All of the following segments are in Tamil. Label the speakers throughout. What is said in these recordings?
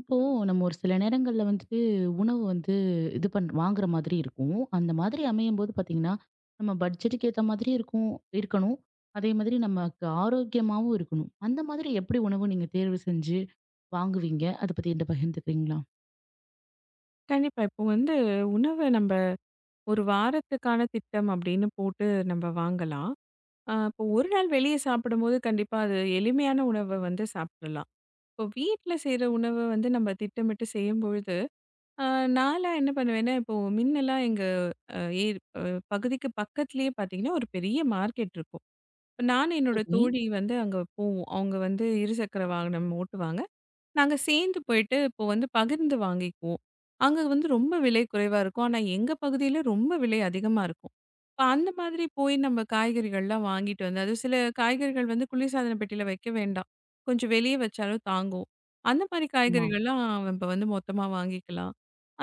Speaker 1: இப்போ நம்ம ஒரு சில நேரங்கள்ல வந்துட்டு உணவு வந்து இது பண் வாங்குற மாதிரி இருக்கும். அந்த மாதிரி அமையும்போது பார்த்தீங்கன்னா, நம்ம பட்ஜெட்டுக்கு ஏத்த மாதிரி இருக்கும் இருக்கணும். அதே மாதிரி நமக்கு ஆரோக்கியமாவும் இருக்கணும். அந்த மாதிரி எப்படி உணவு நீங்க தேர்வு செஞ்சு வாங்குவீங்க? அத பத்தி என்ட்ட பகிர்ந்துக்கிறீங்களா?
Speaker 2: கண்டிப்பா. இப்போ வந்து உணவ நம்ப ஒரு வாரத்துக்கான திட்டம் அப்படின்னு போட்டு நம்ப வாங்கலாம். இப்போ ஒரு நாள் வெளிய சாப்பிடும்போது கண்டிப்பா அது எளிமையான உணவ வந்து சாப்பிடலாம். இப்போ வீட்ல செய்ற உணவ வந்து நம்ம திட்டமிட்டு செய்யும்பொழுது, அ நான்லாம் என்ன பண்ணுவேன்னா, இப்போ மின்னலாம் எங்க அ ஏ அ பகுதிக்கு பக்கத்திலேயே பார்த்தீங்கன்னா, ஒரு பெரிய மார்க்கெட் இருக்கும். நானும் என்னோட
Speaker 1: சரி.
Speaker 2: தோழி வந்து அங்க போவோம். அவங்க வந்து இருசக்கர வாகனம் ஓட்டுவாங்க. நாங்க சேர்ந்து போயிட்டு இப்போ வந்து பகிர்ந்து வாங்கிக்குவோம். அங்க வந்து ரொம்ப விலை குறைவா இருக்கும். ஆனா எங்க பகுதியில ரொம்ப விலை அதிகமா இருக்கும். இப்ப அந்த மாதிரி போய் நம்ம காய்கறிகள்லாம் வாங்கிட்டு வந்து, அது சில காய்கறிகள் வந்து குளிர்சாதன பெட்டியில வைக்க வேண்டாம். கொஞ்சம் வெளிய வச்சாலும் தாங்கும். அந்த மாதிரி
Speaker 1: ஆமா.
Speaker 2: காய்கறிகள்லாம் இப்ப வந்து மொத்தமா வாங்கிக்கலாம்.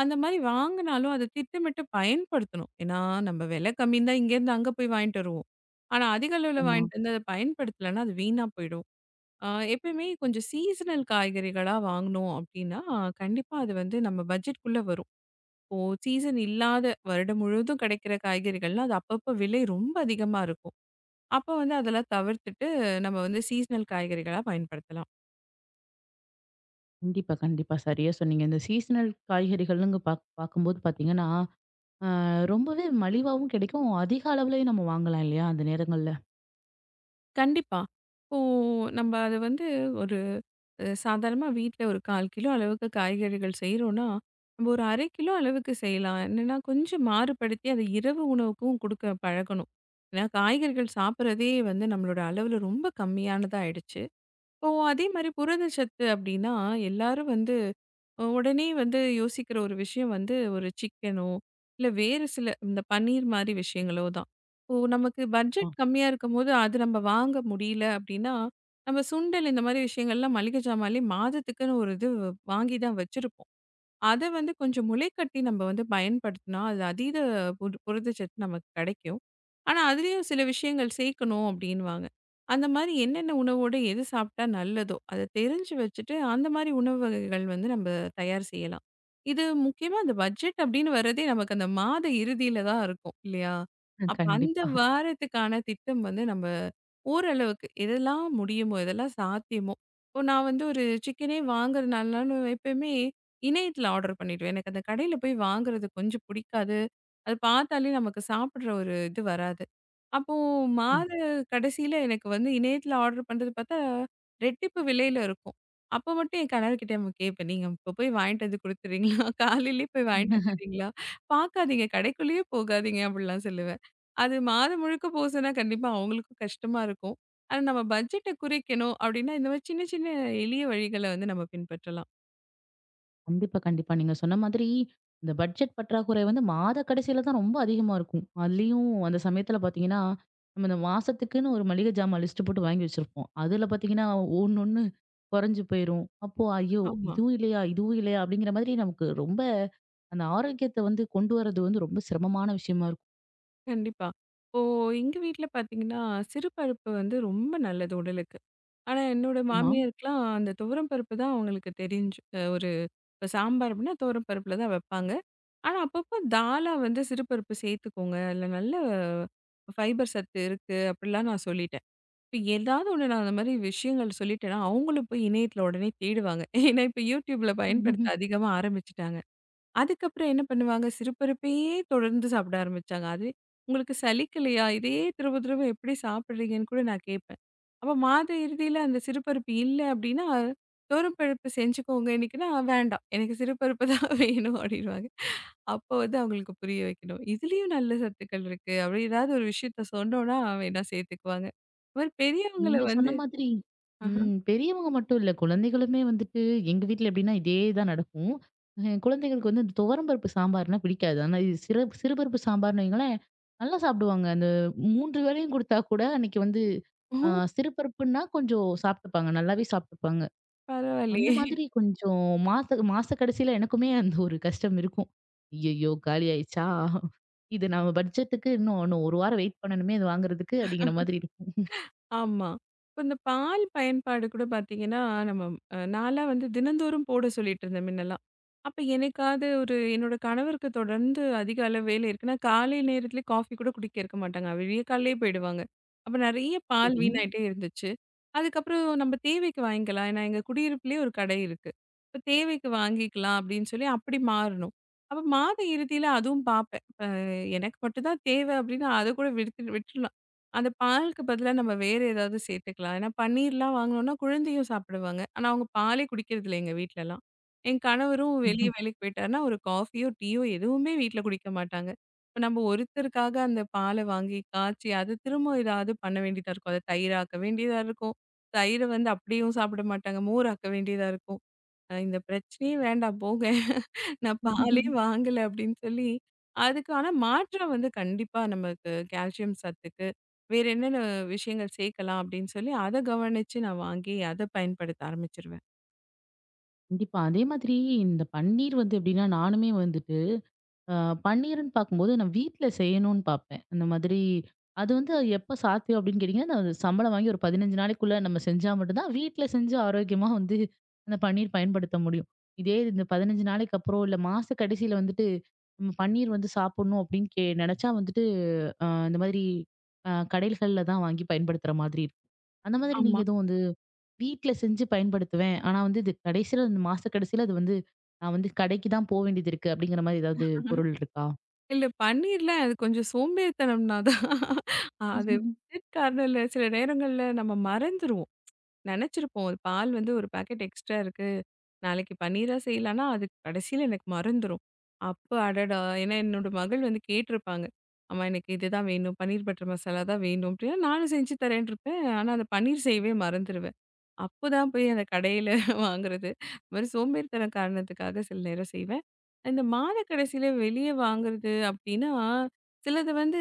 Speaker 2: அந்த மாதிரி வாங்குனாலும் அத திட்டமிட்டு பயன்படுத்தணும். ஏன்னா நம்ம விலை கம்மின்னு தான் இங்கேருந்து அங்க போய் வாங்கிட்டு வருவோம். ஆனா அதிக அளவுல
Speaker 1: ஆமா.
Speaker 2: வாங்கிட்டு வந்து அத பயன்படுத்தலன்னா அது வீணா போயிடும். ஆ, எப்பயுமே கொஞ்சம் சீசனல் காய்கறிகளா வாங்கினோம் அப்படின்னா, கண்டிப்பா அது வந்து நம்ம பட்ஜெட்குள்ள வரும். இப்போ சீசன் இல்லாத வருடம் முழுவதும் கிடைக்கிற காய்கறிகள்லாம், அது அப்பப்ப விலை ரொம்ப அதிகமா இருக்கும். அப்ப வந்து அதெல்லாம் தவிர்த்துட்டு, நம்ம வந்து சீசனல் காய்கறிகளா பயன்படுத்தலாம்.
Speaker 1: கண்டிப்பா, கண்டிப்பா. சரியா சொன்னீங்க. இந்த சீசனல் காய்கறிகள்னு பாக் பார்க்கும்போது பார்த்தீங்கன்னா, அ ரொம்பவே மலிவாவும் கிடைக்கும். அதிக அளவுலயும் நம்ம வாங்கலாம் இல்லையா? அந்த நேரங்கள்ல.
Speaker 2: கண்டிப்பா. இப்போ நம்ம அத வந்து சாதாரணமாக வீட்டில் ஒரு கால் கிலோ அளவுக்கு காய்கறிகள் செய்கிறோன்னா நம்ம ஒரு அரை கிலோ அளவுக்கு செய்யலாம் என்னென்னா கொஞ்சம் மாறுபடுத்தி அதை இரவு உணவுக்கும் கொடுக்க பழகணும். ஏன்னா காய்கறிகள் சாப்பிட்றதே வந்து நம்மளோட அளவில் ரொம்ப கம்மியானதாக ஆயிடுச்சு. இப்போ அதே மாதிரி புரதச்சத்து அப்படின்னா எல்லாரும் வந்து உடனே வந்து யோசிக்கிற ஒரு விஷயம் வந்து ஒரு சிக்கனோ, இல்ல வேறு சில இந்த பன்னீர் மாரி விஷயங்களோ தான். இப்போ நமக்கு
Speaker 1: ஆமா.
Speaker 2: பட்ஜெட் கம்மியா இருக்கும்போது, அது நம்ம வாங்க முடியல அப்படின்னா, நம்ம சுண்டல் இந்த மாரி விஷயங்கள்லாம் மளிகை ஜாமான்லயே மாதத்துக்குன்னு ஒரு இது வாங்கி தான் வச்சிருப்போம். அத வந்து கொஞ்சம் முளைக்கட்டி நம்ம வந்து பயன்படுத்தினா, அது அதீத புது புரதச்சத்து நமக்கு கிடைக்கும். ஆனா, அதுலயும் சில விஷயங்கள் சேர்க்கணும் அப்படின்னுவாங்க. அந்த மாரி என்னென்ன உணவோட எது சாப்பிட்டா நல்லதோ, அத தெரிஞ்சு வச்சுட்டு, அந்த மாரி உணவு வகைகள் வந்து நம்ம தயார் செய்யலாம். இது முக்கியமா அந்த பட்ஜெட் அப்படின்னு வர்றதே நமக்கு அந்த மாத இறுதியில தான் இருக்கும் இல்லையா? அப்ப அந்த
Speaker 1: கண்டிப்பா.
Speaker 2: வாரத்துக்கான திட்டம் வந்து நம்ம ஓரளவுக்கு எதெல்லாம் முடியுமோ, எதெல்லாம் சாத்தியமோ, இப்போ நான் வந்து ஒரு சிக்கனே வாங்குறனாலும் எப்பயுமே இணையத்துல ஆர்டர் பண்ணிடுவேன். எனக்கு அந்த கடையில போய் வாங்குறது கொஞ்சம் பிடிக்காது. அது பார்த்தாலே நமக்கு சாப்பிடுற ஒரு இது வராது. அப்போ மாத கடைசியில எனக்கு வந்து இணையத்துல ஆர்டர் பண்றது பார்த்தா, ரெட்டிப்பு விலையில இருக்கும். அப்போ மட்டும் என் கணவர்கிட்ட நம்ம கேட்பேன். "நீங்க இப்போ போய் வாங்கிட்டு வந்து குடுத்துறீங்களா? காலையிலேயே போய் வாங்கிட்டு வந்துடுறீங்களா? பார்க்காதீங்க, கடைக்குள்ளேயே போகாதீங்க." அப்படிலாம் சொல்லுவேன். அது மாதம் முழுக்க போ சொன்னா கண்டிப்பா அவங்களுக்கும் கஷ்டமா இருக்கும். ஆனா நம்ம பட்ஜெட்ட குறைக்கணும் அப்படின்னா, இந்த மாதிரி சின்ன சின்ன எளிய வழிகள வந்து நம்ம பின்பற்றலாம்.
Speaker 1: கண்டிப்பா, கண்டிப்பா. நீங்க சொன்ன மாதிரி, இந்த பட்ஜெட் பற்றாக்குறை வந்து மாத கடைசியில தான் ரொம்ப அதிகமா இருக்கும். அதுலயும் அந்த சமயத்துல பார்த்தீங்கன்னா, நம்ம இந்த மாசத்துக்குன்னு ஒரு மளிகை ஜாமான் லிஸ்ட் போட்டு வாங்கி வச்சிருப்போம். அதுல பார்த்தீங்கன்னா, ஒண்ணு ஒண்ணு குறைஞ்சு போயிரும். அப்போ ஐயோ!
Speaker 2: ஆமா.
Speaker 1: இதுவும் இல்லையா? இதுவும் இல்லையா? அப்படிங்கிற மாதிரி நமக்கு ரொம்ப அந்த ஆரோக்கியத்த வந்து கொண்டு வரது வந்து ரொம்ப சிரமமான விஷயமா இருக்கும்.
Speaker 2: கண்டிப்பா. இப்போ எங்க வீட்ல பார்த்தீங்கன்னா, சிறு பருப்பு வந்து ரொம்ப நல்லது உடலுக்கு. ஆனா என்னோட
Speaker 1: ஆமா.
Speaker 2: மாமியாருக்குலாம் அந்த துவரம் பருப்பு தான் அவங்களுக்கு தெரிஞ்சு ஒரு இப்ப சாம்பார் அப்படின்னா துவரம் பருப்புல தான் வைப்பாங்க. ஆனா அப்பப்போ தாலா வந்து சிறு பருப்பு சேர்த்துக்கோங்க. அதில நல்ல ஃபைபர் சத்து இருக்கு அப்படிலாம் நான் சொல்லிட்டேன். இப்ப ஏதாவது ஒண்ணு நான் அந்த மாதிரி விஷயங்கள் சொல்லிட்டேன்னா, அவங்களும் போய் இணையத்தில உடனே தேடுவாங்க. ஏன்னா இப்ப YouTubeல பயன்படுத்த அதிகமா ஆரம்பிச்சுட்டாங்க. அதுக்கப்புறம் என்ன பண்ணுவாங்க, சிறுபருப்பையே தொடர்ந்து சாப்பிட ஆரம்பிச்சாங்க. அது உங்களுக்கு சலிக்கலையா? இதையே திரும்ப திரும்ப எப்படி சாப்பிடுறீங்கன்னு கூட நான் கேட்பேன். அப்ப மாத இறுதியில அந்த சிறுபருப்பு இல்ல அப்படின்னா, "துவரம் பருப்பு செஞ்சுக்கோங்க இன்னைக்குன்னா" "வேண்டாம் எனக்கு சிறுபருப்பு தான் வேணும்" அப்படின்னுவாங்க. அப்போ வந்து அவங்களுக்கு புரிய வைக்கணும். இதுலயும் நல்ல சத்துக்கள் இருக்கு. அப்படி ஏதாவது ஒரு விஷயத்த சொன்னோம்னா வேணா சேர்த்துக்குவாங்க. ஒரு பெரியவங்கள
Speaker 1: நீங்க சொன்ன
Speaker 2: வந்து
Speaker 1: மாதிரி
Speaker 2: ஆஹா.
Speaker 1: பெரியவங்க மட்டும் இல்ல. குழந்தைகளுமே வந்துட்டு எங்க வீட்ல எப்படின்னா இதே தான் நடக்கும். என் குழந்தைகளுக்கு வந்து இந்த துவரம் பருப்பு சாம்பார்னா பிடிக்காது. ஆனா இது சிறுபருப்பு சாம்பார்ன்னு வைங்களேன், நல்லா சாப்பிடுவாங்க. அந்த 3 வேளையும் குடுத்தா கூட அன்னைக்கு வந்து அ
Speaker 2: ஓ!
Speaker 1: சிறுபருப்புன்னா கொஞ்சம் சாப்ட்டுப்பாங்க. நல்லாவே சாப்ட்டுப்பாங்க. அந்த
Speaker 2: பரவாயில்லையே!
Speaker 1: மாதிரி கொஞ்சம் மாச மாச கடைசியில எனக்குமே அந்த ஒரு கஷ்டம் இருக்கும். ஐய்யய்யோ! காலி ஆயிடுச்சா? இது நம்ம பட்ஜெட்டுக்கு இன்னும் இன்னும் 1 வாரம் வெயிட் பண்ணணுமே! இது வாங்குறதுக்கு அப்படிங்கிற மாதிரி இருக்கும்.
Speaker 2: ஆமா. இப்ப இந்த பால் பயன்பாடு கூட பார்த்தீங்கன்னா, நம்ம நான்லாம் வந்து தினந்தோறும் போட சொல்லிட்டுருந்தேன் மின்னலாம். அப்ப எனக்காவது ஒரு என்னோட கணவருக்கு தொடர்ந்து அதிக அளவு வேலை இருக்குன்னா, காலை நேரத்திலே காஃபி கூட குடிக்க இருக்க மாட்டாங்க. விடிய காலையே போயிடுவாங்க. அப்ப நெறைய பால்
Speaker 1: சரி.
Speaker 2: வீணாயிட்டே இருந்துச்சு. அதுக்கப்புறம் நம்ம தேவைக்கு வாங்கிக்கலாம். ஏன்னா, எங்க குடியிருப்புலயே ஒரு கடை இருக்கு. இப்ப தேவைக்கு வாங்கிக்கலாம் அப்படின்னு சொல்லி அப்படி மாறுனோம். அப்ப மாத இறுதியில அதுவும் பார்ப்பேன். எனக்கு மட்டும் தான் தேவை அப்படின்னா அத கூட விடுத்து விட்டுறலாம். அந்த பாலுக்கு பதிலா நம்ம வேற ஏதாவது சேர்த்துக்கலாம். ஏன்னா பன்னீர்லாம் வாங்குனோம்னா குழந்தையும் சாப்பிடுவாங்க. ஆனா அவங்க பாலே குடிக்கிறது இல்ல எங்க வீட்லலாம். என் கணவரும் வெளிய வேலைக்கு போயிட்டாருன்னா, ஒரு காஃபியோ, டீயோ எதுவுமே வீட்ல குடிக்க மாட்டாங்க. இப்ப நம்ம ஒருத்தருக்காக அந்த பால வாங்கி காய்ச்சி அத திரும்ப ஏதாவது பண்ண வேண்டியதா இருக்கும். அத தயிராக்க வேண்டியதா இருக்கும். தயிர வந்து அப்படியும் சாப்பிட மாட்டாங்க. மோர் ஆக்க வேண்டியதா இருக்கும். இந்த பிரச்சனையே வேண்டாம் போங்க. நான் பாலே வாங்கல அப்படின்னு சொல்லி, அதுக்கு ஆனா மாற்றா வந்து கண்டிப்பா நமக்கு கால்சியம் சத்துக்கு, வேற என்னென்ன விஷயங்கள் சேர்க்கலாம் அப்படின்னு சொல்லி, அத கவனிச்சு நான் வாங்கி அத பயன்படுத்த ஆரம்பிச்சுருவேன்.
Speaker 1: கண்டிப்பா. அதே மாதிரி இந்த பன்னீர் வந்து எப்படின்னா, நானுமே வந்துட்டு அ பன்னீருன்னு பார்க்கும்போது நான் வீட்ல செய்யணும்னு பார்ப்பேன். அந்த மாதிரி அது வந்து எப்ப சாத்தியம் அப்படின்னு கேட்டீங்கன்னா, நான் சம்பளம் வாங்கி ஒரு 15 நாளைக்குள்ள நம்ம செஞ்சா மட்டும் தான் வீட்ல செஞ்சு ஆரோக்கியமா வந்து அந்த பன்னீர் பயன்படுத்த முடியும். இதே இந்த 15 நாளைக்கு அப்புறம், இல்ல மாச கடைசியில வந்துட்டு நம்ம பன்னீர் வந்து சாப்பிடணும் அப்படின்னு கே நெனச்சா வந்துட்டு இந்த மாதிரி கடைகள்ல தான் வாங்கி பயன்படுத்துற மாதிரி இருக்கும். அந்த மாதிரி நீங்க
Speaker 2: ஆமா.
Speaker 1: எதுவும் வந்து வீட்ல செஞ்சு பயன்படுத்துவேன். ஆனா வந்து இது கடைசியில இந்த மாச கடைசியில அது வந்து நான் வந்து கடைக்கு தான் போ வேண்டியது இருக்கு அப்படிங்கிற மாரி ஏதாவது பொருள் இருக்கா?
Speaker 2: இல்ல பன்னீர்ல அது கொஞ்சம் சோம்பேறித்தனம்னா தான் அது காரணம் இல்ல. சில நேரங்கள்ல நம்ம மறந்துருவோம். நெனச்சிருப்போம். ஒரு பால் வந்து ஒரு பாக்கெட் எக்ஸ்ட்ரா இருக்கு. நாளைக்கு பன்னீரா செய்யலான்னா, அது கடைசியில எனக்கு மறந்துரும். அப்ப அடடா! ஏன்னா என்னோட மகள் வந்து கேட்டிருப்பாங்க. அம்மா எனக்கு இதுதான் வேணும். பன்னீர் பட்டர் மசாலா தான் வேணும். அப்டின்னா நானும் செஞ்சு தரேன்ருப்பேன். ஆனா, அந்த பன்னீர் செய்யவே மறந்துருவேன். அப்பதான் போய் அந்த கடையில வாங்குறது. அது மாரி சோம்பேறித்தனம் காரணத்துக்காக சில நேரம் செய்வேன். இந்த மாத கடைசியில வெளிய வாங்குறது அப்டின்னா, சிலது வந்து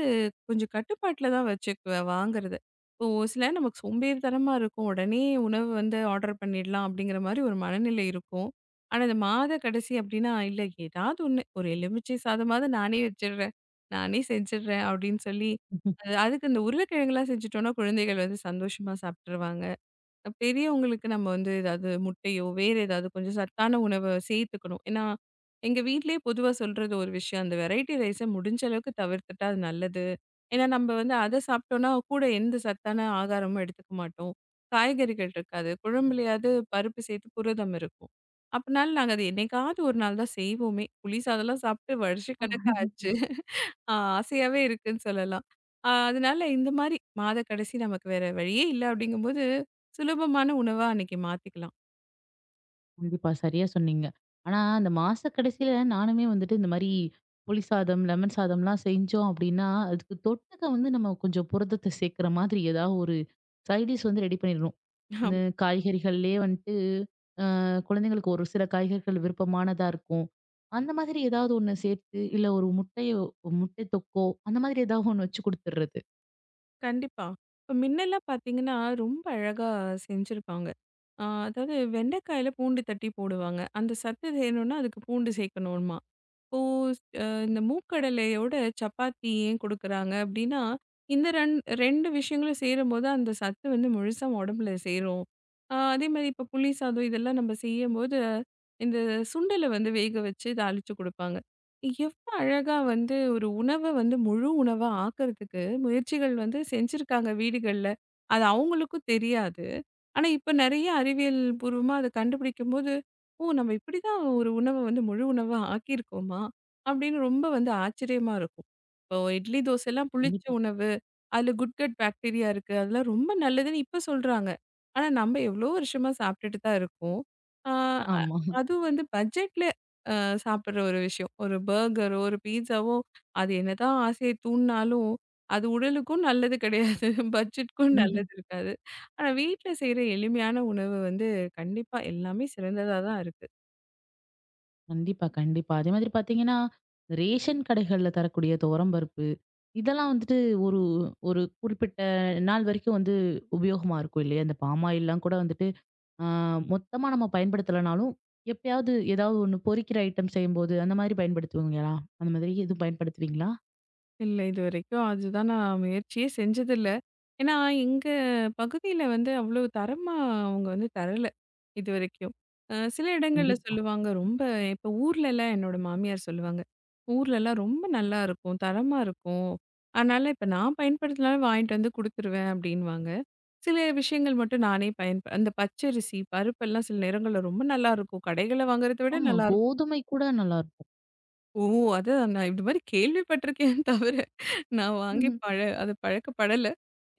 Speaker 2: கொஞ்சம் கட்டுப்பாட்டுல தான் வச்சுக்குவேன் வாங்குறது. இப்போ ஒரு சில நேரம் நமக்கு சோம்பேறித்தனமா இருக்கும். உடனே உணவு வந்து ஆர்டர் பண்ணிடலாம் அப்படிங்கிற மாரி ஒரு மனநிலை இருக்கும். ஆனா, இந்த மாத கடைசி அப்டின்னா, இல்ல ஏதாவது ஒண்ணு ஒரு எலுமிச்சை சாதமாவது நானே வச்சுடுறேன். நானே செஞ்சுடுறேன் அப்படின்னு சொல்லி,
Speaker 1: ம்ஹும்.
Speaker 2: அது அதுக்கு இந்த உருளைக்கிழங்குலாம் செஞ்சுட்டோம்னா குழந்தைகள் வந்து சந்தோஷமா சாப்ட்டுருவாங்க. பெரியவங்களுக்கு நம்ம வந்து ஏதாவது முட்டையோ, வேற ஏதாவது கொஞ்சம் சத்தான உணவ சேர்த்துக்கணும். ஏன்னா, எங்க வீட்லயே பொதுவா சொல்றது ஒரு விஷயம். அந்த வெரைட்டி ரைஸ முடிஞ்ச அளவுக்கு தவிர்த்துட்டா அது நல்லது. ஏன்னா, நம்ம வந்து அத சாப்பிட்டோம்னா, கூட எந்த சத்தான ஆகாரமும் எடுத்துக்க மாட்டோம். காய்கறிகள் இருக்காது. குழம்புலயாவது பருப்பு சேர்த்து புரதம் இருக்கும். அப்பனால நாங்க அது என்னைக்காவது ஒரு நாள் தான் செய்வோமே. புளி சாதம்லாம் சாப்பிட்டு வருஷக்கணக்கா ஆச்சு. ஆ ஆசையாவே இருக்குன்னு சொல்லலாம். அதனால இந்த மாரி மாத கடைசி நமக்கு வேற வழியே இல்ல அப்படிங்கும்போது, சுலபமான உணவா அன்னைக்கு மாத்திக்கலாம்.
Speaker 1: கண்டிப்பா சரியா சொன்னீங்க. ஆனா அந்த மாச கடைசியில நானுமே வந்துட்டு இந்த மாரி புளி சாதம், லெமன் சாதம்லாம் செஞ்சோம் அப்படின்னா, அதுக்கு தொட்டுக்க வந்து நம்ம கொஞ்சம் புரதத்த சேர்க்கிற மாதிரி ஏதாவது ஒரு சைட் டிஷ் வந்து ரெடி பண்ணிடணும். இந்த
Speaker 2: ஆமா,
Speaker 1: காய்கறிகள்லயே வந்துட்டு குழந்தைங்களுக்கு ஒரு சில காய்கறிகள் விருப்பமானதா இருக்கும். அந்த மாதிரி ஏதாவது ஒண்ணு சேர்த்து, இல்ல ஒரு முட்டையோ முட்டை தொக்கோ அந்த மாதிரி ஏதாவது ஒண்ணு வச்சு குடுத்துர்றது.
Speaker 2: கண்டிப்பா. இப்ப முன்னெல்லாம் பார்த்தீங்கன்னா, ரொம்ப அழகா செஞ்சிருப்பாங்க. அதாவது வெண்டைக்காயில பூண்டு தட்டி போடுவாங்க. அந்த சத்து வேணும்னா அதுக்கு பூண்டு சேர்க்கணுமா? இப்போ இந்த மூக்கடலையோட சப்பாத்தி ஏன் குடுக்குறாங்க அப்டின்னா, இந்த 2 விஷயங்களும் சேரும்போது அந்த சத்து வந்து முழுசா உடம்புல சேரும். அதேமாரி இப்ப புளி சாதம் இதெல்லாம் நம்ம செய்யும்போது, இந்த சுண்டல வந்து வேக வச்சு தாளிச்சு குடுப்பாங்க. எவ்ளோ அழகா வந்து ஒரு உணவ வந்து முழு உணவா ஆக்குறதுக்கு முயற்சிகள் வந்து செஞ்சிருக்காங்க வீடுகள்ல. அது அவங்களுக்கும் தெரியாது. ஆனா இப்ப நெறைய அறிவியல் பூர்வமா அத கண்டுபிடிக்கும்போது ஓ! நம்ம இப்படிதான் ஒரு உணவ வந்து முழு உணவா ஆக்கியிருக்கோமா? அப்படின்னு ரொம்ப வந்து ஆச்சரியமா இருக்கும். இப்போ இட்லி, தோசைலாம் புளிச்ச
Speaker 1: கண்டிப்பா.
Speaker 2: உணவு. அதுல குட்கட் பாக்டீரியா இருக்கு. அதெல்லாம் ரொம்ப நல்லதுன்னு இப்ப சொல்றாங்க. ஆனா நம்ம எவ்வளோ வருஷமா சாப்பிட்டுட்டு தான் இருக்கோம். ஆ அ
Speaker 1: ஆமா.
Speaker 2: அதுவும் வந்து பட்ஜெட்ல சாப்பிடுற ஒரு விஷயம். ஒரு பர்கரோ, ஒரு பீட்சாவோ அது என்னதான் ஆசைய தூண்டுனாலும், அது உடலுக்கும் நல்லது கிடையாது. பட்ஜெட்க்கும்
Speaker 1: ம்ஹ்ம்.
Speaker 2: நல்லது இருக்காது. ஆனா வீட்ல செய்ற எளிமையான உணவு வந்து கண்டிப்பா எல்லாமே சிறந்ததா தான் இருக்கு.
Speaker 1: கண்டிப்பா, கண்டிப்பா. அதே மாதிரி பார்த்தீங்கன்னா, ரேஷன் கடைகள்ல தரக்கூடிய துவரம் பருப்பு, இதெல்லாம் வந்துட்டு ஒரு ஒரு குறிப்பிட்ட நாள் வரைக்கும் வந்து உபயோகமா இருக்கும் இல்லையா? இந்த பாம் ஆயில்லாம் கூட வந்துட்டு ஆ மொத்தமா நம்ம பயன்படுத்தலனாலும், எப்பயாவது ஏதாவது ஒண்ணு பொரிக்கிற ஐட்டம் செய்யும்போது, அந்த மாதிரி பயன்படுத்துவீங்களா? அந்த மாதிரி எதுவும் பயன்படுத்துவீங்களா?
Speaker 2: இல்ல. இதுவரைக்கும் அதுதான் நான் முயற்சியே செஞ்சதில்ல. ஏன்னா, எங்க பகுதியில வந்து அவ்ளோ தரமா அவங்க வந்து தரல, இதுவரைக்கும். சில இடங்கள்ல
Speaker 1: கண்டிப்பா.
Speaker 2: சொல்லுவாங்க, ரொம்ப இப்ப ஊர்லலாம் என்னோட மாமியார் சொல்லுவாங்க. ஊர்லலாம் ரொம்ப நல்லா இருக்கும், தரமா இருக்கும். அதனால இப்ப நான் பயன்படுத்தினாலும் வாங்கிட்டு வந்து குடுத்துருவேன் அப்படின்னுவாங்க. சில விஷயங்கள் மட்டும் நானே பயன்ப அந்த பச்சரிசி, பருப்பெல்லாம் சில நேரங்கள்ல ரொம்ப நல்லாருக்கும். கடைகள்ல வாங்குறத விட
Speaker 1: ஆமா.
Speaker 2: நல்லா
Speaker 1: கோதுமை கூட நல்லாருக்கும்.
Speaker 2: ஓ! அதான் நான் இந்த மாரி கேள்விப்பட்டிருக்கேன் தவிர, நான் வாங்கி
Speaker 1: ம்ஹ்ம்.
Speaker 2: பழ அது பழக்கப்படல.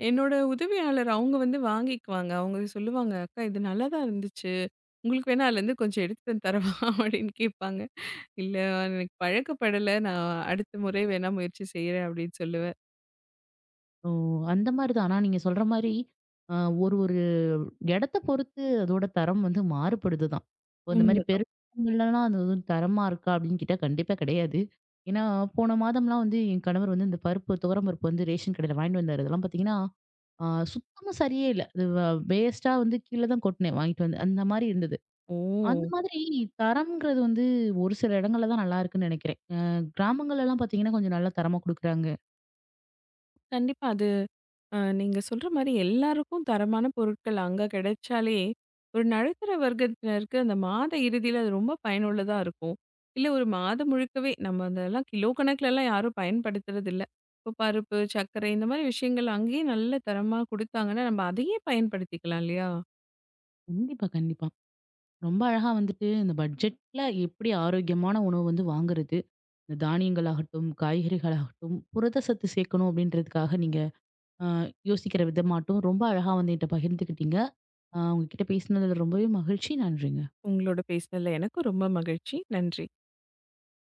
Speaker 2: என்னோட உதவியாளர் அவங்க வந்து வாங்கிக்குவாங்க. அவங்க சொல்லுவாங்க, "அக்கா இது நல்லா தான் இருந்துச்சு. உங்களுக்கு வேணா அதுலேருந்து கொஞ்சம் எடுத்து வந்து தரவா?" அப்படின்னு கேட்பாங்க. "இல்ல எனக்கு பழக்கப்படல. நான் அடுத்த முறை வேணா முயற்சி செய்றேன்" அப்படின்னு சொல்லுவேன்.
Speaker 1: ஓ! அந்த மாரி தான். ஆனா நீங்க சொல்ற மாரி, அ ஒரு ஒரு இடத்த பொறுத்து அதோட தரம் வந்து மாறுபடுது தான். இப்போ இந்த மாரி
Speaker 2: உண்மதான்.
Speaker 1: பெருமில்லலாம் அது வந்து தரமா இருக்கா அப்படின்னு கேட்டா கண்டிப்பா கிடையாது. ஏன்னா, போன மாதம்லாம் வந்து என் கணவர் வந்து இந்த பருப்பு, துவரம் பருப்பு வந்து ரேஷன் கடையில வாங்கிட்டு வந்தாரு. அதெல்லாம் பார்த்தீங்கன்னா, அ சுத்தமா சரியே இல்ல. அது வ வேஸ்ட்டா வந்து கீழ தான் கொட்டுனேன் வாங்கிட்டு வந்து. அந்த மாரி இருந்தது.
Speaker 2: ஓ!
Speaker 1: அந்த மாதிரி தரம்ங்கிறது வந்து ஒரு சில இடங்கள்ல தான் நல்லா இருக்குன்னு நினைக்கிறேன். கிராமங்கள்லலாம் பார்த்தீங்கன்னா, கொஞ்சம் நல்லா தரமா குடுக்குறாங்க.
Speaker 2: கண்டிப்பா அது நீங்க சொல்ற மாரி எல்லாருக்கும் தரமான பொருட்கள் அங்க கிடைச்சாலே, ஒரு நடுத்தர வர்க்கத்தினருக்கு அந்த மாத இறுதியில அது ரொம்ப பயனுள்ளதா இருக்கும். இல்ல ஒரு மாதம் முழுக்கவே நம்ம அதெல்லாம் கிலோ கணக்குலலாம் யாரும் பயன்படுத்துறதில்ல. இப்போ பருப்பு, சர்க்கரை இந்த மாரி விஷயங்கள் அங்கேயே நல்ல தரமா குடுத்தாங்கன்னா, நம்ம அதையே பயன்படுத்திக்கலாம் இல்லையா?
Speaker 1: கண்டிப்பா, கண்டிப்பா. ரொம்ப அழகா வந்துட்டு இந்த பட்ஜெட்ல எப்படி ஆரோக்கியமான உணவு வந்து வாங்குறது? இந்த தானியங்களாகட்டும், காய்கறிகளாகட்டும், புரத சத்து சேர்க்கணும் அப்படின்றதுக்காக நீங்க அ யோசிக்கிற விதமாட்டும் ரொம்ப அழகா வந்து என்ட்ட பகிர்ந்துக்கிட்டீங்க. உங்ககிட்ட பேசினதுல ரொம்பவே மகிழ்ச்சி. நன்றிங்க.
Speaker 2: உங்களோட பேசினதுல எனக்கும் ரொம்ப மகிழ்ச்சி. நன்றி.